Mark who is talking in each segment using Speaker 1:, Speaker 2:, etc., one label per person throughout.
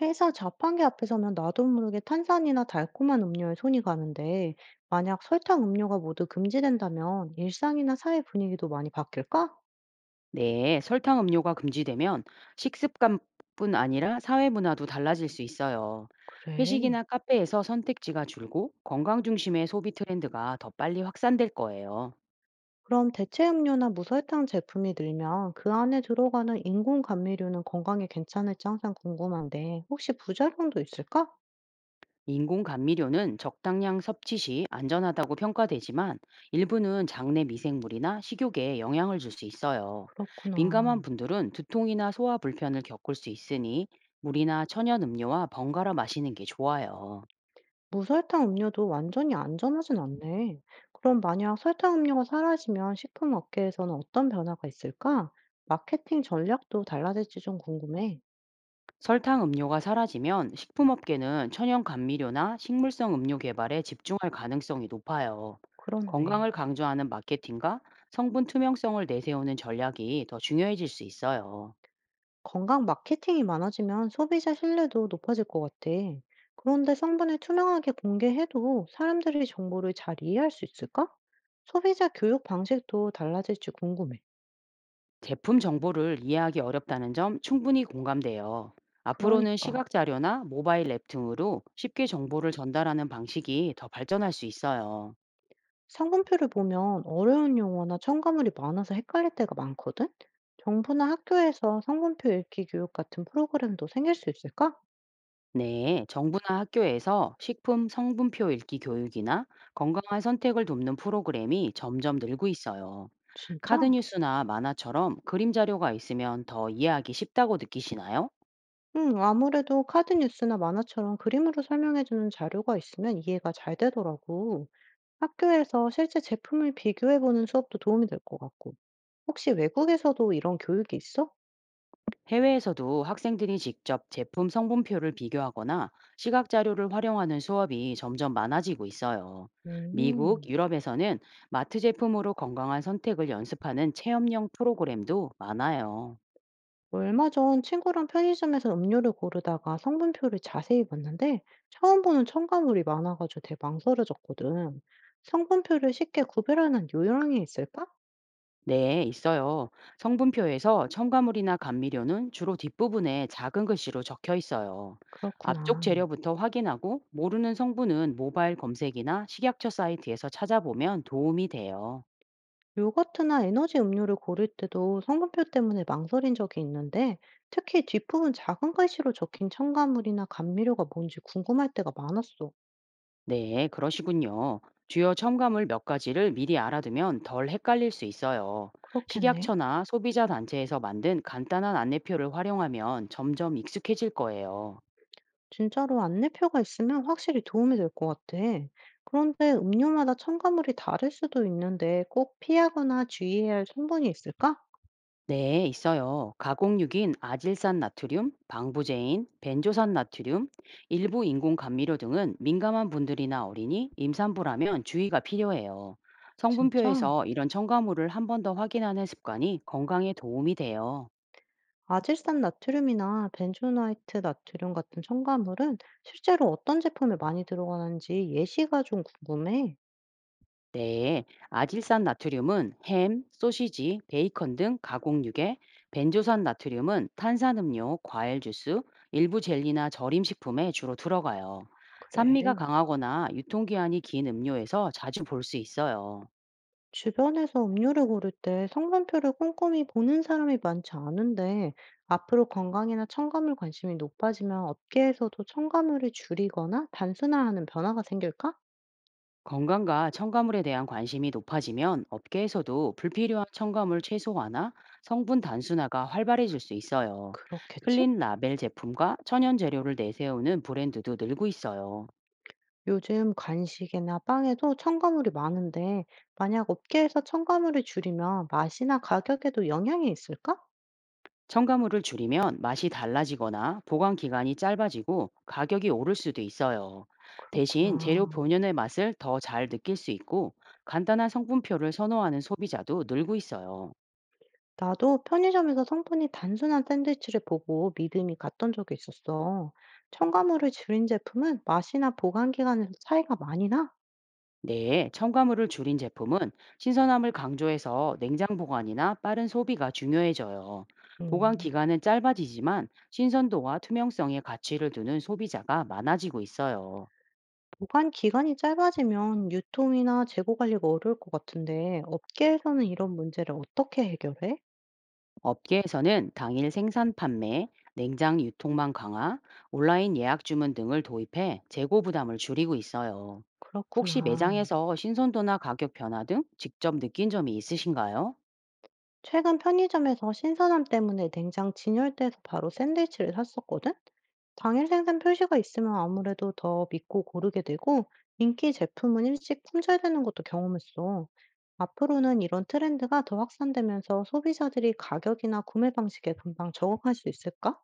Speaker 1: 회사 자판기 앞에서는 나도 모르게 탄산이나 달콤한 음료에 손이 가는데, 만약 설탕 음료가 모두 금지된다면 일상이나 사회 분위기도 많이 바뀔까?
Speaker 2: 네, 설탕 음료가 금지되면 식습관뿐 아니라 사회 문화도 달라질 수 있어요.
Speaker 1: 그래.
Speaker 2: 회식이나 카페에서 선택지가 줄고 건강 중심의 소비 트렌드가 더 빨리 확산될 거예요.
Speaker 1: 그럼 대체 음료나 무설탕 제품이 늘면 그 안에 들어가는 인공 감미료는 건강에 괜찮을지 항상 궁금한데, 혹시 부작용도 있을까?
Speaker 2: 인공 감미료는 적당량 섭취 시 안전하다고 평가되지만 일부는 장내 미생물이나 식욕에 영향을 줄 수 있어요. 민감한
Speaker 1: 그렇구나.
Speaker 2: 분들은 두통이나 소화 불편을 겪을 수 있으니 물이나 천연 음료와 번갈아 마시는 게 좋아요.
Speaker 1: 무설탕 음료도 완전히 안전하진 않네. 그럼 만약 설탕 음료가 사라지면 식품 업계에서는 어떤 변화가 있을까? 마케팅 전략도 달라질지 좀 궁금해.
Speaker 2: 설탕 음료가 사라지면 식품업계는 천연 감미료나 식물성 음료 개발에 집중할 가능성이 높아요. 건강을
Speaker 1: 그렇네.
Speaker 2: 강조하는 마케팅과 성분 투명성을 내세우는 전략이 더 중요해질 수 있어요.
Speaker 1: 건강 마케팅이 많아지면 소비자 신뢰도 높아질 것 같아. 그런데 성분을 투명하게 공개해도 사람들이 정보를 잘 이해할 수 있을까? 소비자 교육 방식도 달라질지 궁금해.
Speaker 2: 제품 정보를 이해하기 어렵다는 점 충분히 공감돼요. 앞으로는
Speaker 1: 그러니까.
Speaker 2: 시각 자료나 모바일 앱 등으로 쉽게 정보를 전달하는 방식이 더 발전할 수 있어요.
Speaker 1: 성분표를 보면 어려운 용어나 첨가물이 많아서 헷갈릴 때가 많거든? 정부나 학교에서 성분표 읽기 교육 같은 프로그램도 생길 수 있을까?
Speaker 2: 네, 정부나 학교에서 식품 성분표 읽기 교육이나 건강한 선택을 돕는 프로그램이 점점 늘고 있어요.
Speaker 1: 진짜?
Speaker 2: 카드뉴스나 만화처럼 그림 자료가 있으면 더 이해하기 쉽다고 느끼시나요?
Speaker 1: 응, 아무래도 카드 뉴스나 만화처럼 그림으로 설명해주는 자료가 있으면 이해가 잘 되더라고. 학교에서 실제 제품을 비교해보는 수업도 도움이 될 것 같고. 혹시 외국에서도 이런 교육이 있어?
Speaker 2: 해외에서도 학생들이 직접 제품 성분표를 비교하거나 시각 자료를 활용하는 수업이 점점 많아지고 있어요. 미국,
Speaker 1: 음.
Speaker 2: 유럽에서는 마트 제품으로 건강한 선택을 연습하는 체험형 프로그램도 많아요.
Speaker 1: 얼마 전 친구랑 편의점에서 음료를 고르다가 성분표를 자세히 봤는데 처음 보는 첨가물이 많아가지고 되게 망설여졌거든. 성분표를 쉽게 구별하는 요령이 있을까?
Speaker 2: 네, 있어요. 성분표에서 첨가물이나 감미료는 주로 뒷부분에 작은 글씨로 적혀 있어요. 앞쪽
Speaker 1: 그렇구나.
Speaker 2: 재료부터 확인하고 모르는 성분은 모바일 검색이나 식약처 사이트에서 찾아보면 도움이 돼요.
Speaker 1: 요거트나 에너지 음료를 고를 때도 성분표 때문에 망설인 적이 있는데 특히 뒷부분 작은 글씨로 적힌 첨가물이나 감미료가 뭔지 궁금할 때가 많았어.
Speaker 2: 네, 그러시군요. 주요 첨가물 몇 가지를 미리 알아두면 덜 헷갈릴 수 있어요.
Speaker 1: 그렇겠네.
Speaker 2: 식약처나 소비자 단체에서 만든 간단한 안내표를 활용하면 점점 익숙해질 거예요.
Speaker 1: 진짜로 안내표가 있으면 확실히 도움이 될 것 같아. 그런데 음료마다 첨가물이 다를 수도 있는데 꼭 피하거나 주의해야 할 성분이 있을까?
Speaker 2: 네, 있어요. 가공육인 아질산 나트륨, 방부제인, 벤조산 나트륨, 일부 인공 감미료 등은 민감한 분들이나 어린이, 임산부라면 주의가 필요해요.
Speaker 1: 진짜?
Speaker 2: 성분표에서 이런 첨가물을 한 번 더 확인하는 습관이 건강에 도움이 돼요.
Speaker 1: 아질산 나트륨이나 벤조나이트 나트륨 같은 첨가물은 실제로 어떤 제품에 많이 들어가는지 예시가 좀 궁금해.
Speaker 2: 네, 아질산 나트륨은 햄, 소시지, 베이컨 등 가공육에, 벤조산 나트륨은 탄산음료, 과일 주스, 일부 젤리나 절임식품에 주로 들어가요. 산미가
Speaker 1: 그래.
Speaker 2: 강하거나 유통기한이 긴 음료에서 자주 볼 수 있어요.
Speaker 1: 주변에서 음료를 고를 때 성분표를 꼼꼼히 보는 사람이 많지 않은데, 앞으로 건강이나 첨가물 관심이 높아지면 업계에서도 첨가물을 줄이거나 단순화하는 변화가 생길까?
Speaker 2: 건강과 첨가물에 대한 관심이 높아지면 업계에서도 불필요한 첨가물 최소화나 성분 단순화가 활발해질 수 있어요.
Speaker 1: 그렇겠지?
Speaker 2: 클린 라벨 제품과 천연 재료를 내세우는 브랜드도 늘고 있어요.
Speaker 1: 요즘 간식이나 빵에도 첨가물이 많은데, 만약 업계에서 첨가물을 줄이면 맛이나 가격에도 영향이 있을까?
Speaker 2: 첨가물을 줄이면 맛이 달라지거나 보관 기간이 짧아지고 가격이 오를 수도 있어요. 대신 재료
Speaker 1: 그렇구나.
Speaker 2: 본연의 맛을 더 잘 느낄 수 있고 간단한 성분표를 선호하는 소비자도 늘고 있어요.
Speaker 1: 나도 편의점에서 성분이 단순한 샌드위치를 보고 믿음이 갔던 적이 있었어. 첨가물을 줄인 제품은 맛이나 보관 기간에서 차이가 많이 나?
Speaker 2: 네, 첨가물을 줄인 제품은 신선함을 강조해서 냉장 보관이나 빠른 소비가 중요해져요. 보관
Speaker 1: 음.
Speaker 2: 기간은 짧아지지만 신선도와 투명성의 가치를 두는 소비자가 많아지고 있어요.
Speaker 1: 보관 기간이 짧아지면 유통이나 재고 관리가 어려울 것 같은데, 업계에서는 이런 문제를 어떻게 해결해?
Speaker 2: 업계에서는 당일 생산 판매, 냉장 유통망 강화, 온라인 예약 주문 등을 도입해 재고 부담을 줄이고 있어요. 혹시
Speaker 1: 그렇구나.
Speaker 2: 매장에서 신선도나 가격 변화 등 직접 느낀 점이 있으신가요?
Speaker 1: 최근 편의점에서 신선함 때문에 냉장 진열대에서 바로 샌드위치를 샀었거든? 당일 생산 표시가 있으면 아무래도 더 믿고 고르게 되고, 인기 제품은 일찍 품절되는 것도 경험했어. 앞으로는 이런 트렌드가 더 확산되면서 소비자들이 가격이나 구매 방식에 금방 적응할 수 있을까?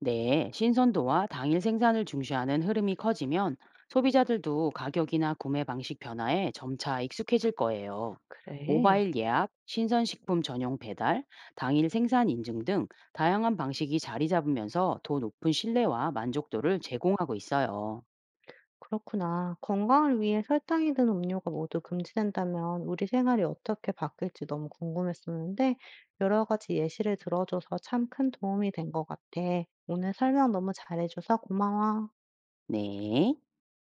Speaker 2: 네, 신선도와 당일 생산을 중시하는 흐름이 커지면 소비자들도 가격이나 구매 방식 변화에 점차 익숙해질 거예요.
Speaker 1: 그래.
Speaker 2: 모바일 예약, 신선식품 전용 배달, 당일 생산 인증 등 다양한 방식이 자리 잡으면서 더 높은 신뢰와 만족도를 제공하고 있어요.
Speaker 1: 그렇구나. 건강을 위해 설탕이 든 음료가 모두 금지된다면 우리 생활이 어떻게 바뀔지 너무 궁금했었는데 여러 가지 예시를 들어줘서 참 큰 도움이 된 것 같아. 오늘 설명 너무 잘해줘서 고마워.
Speaker 2: 네.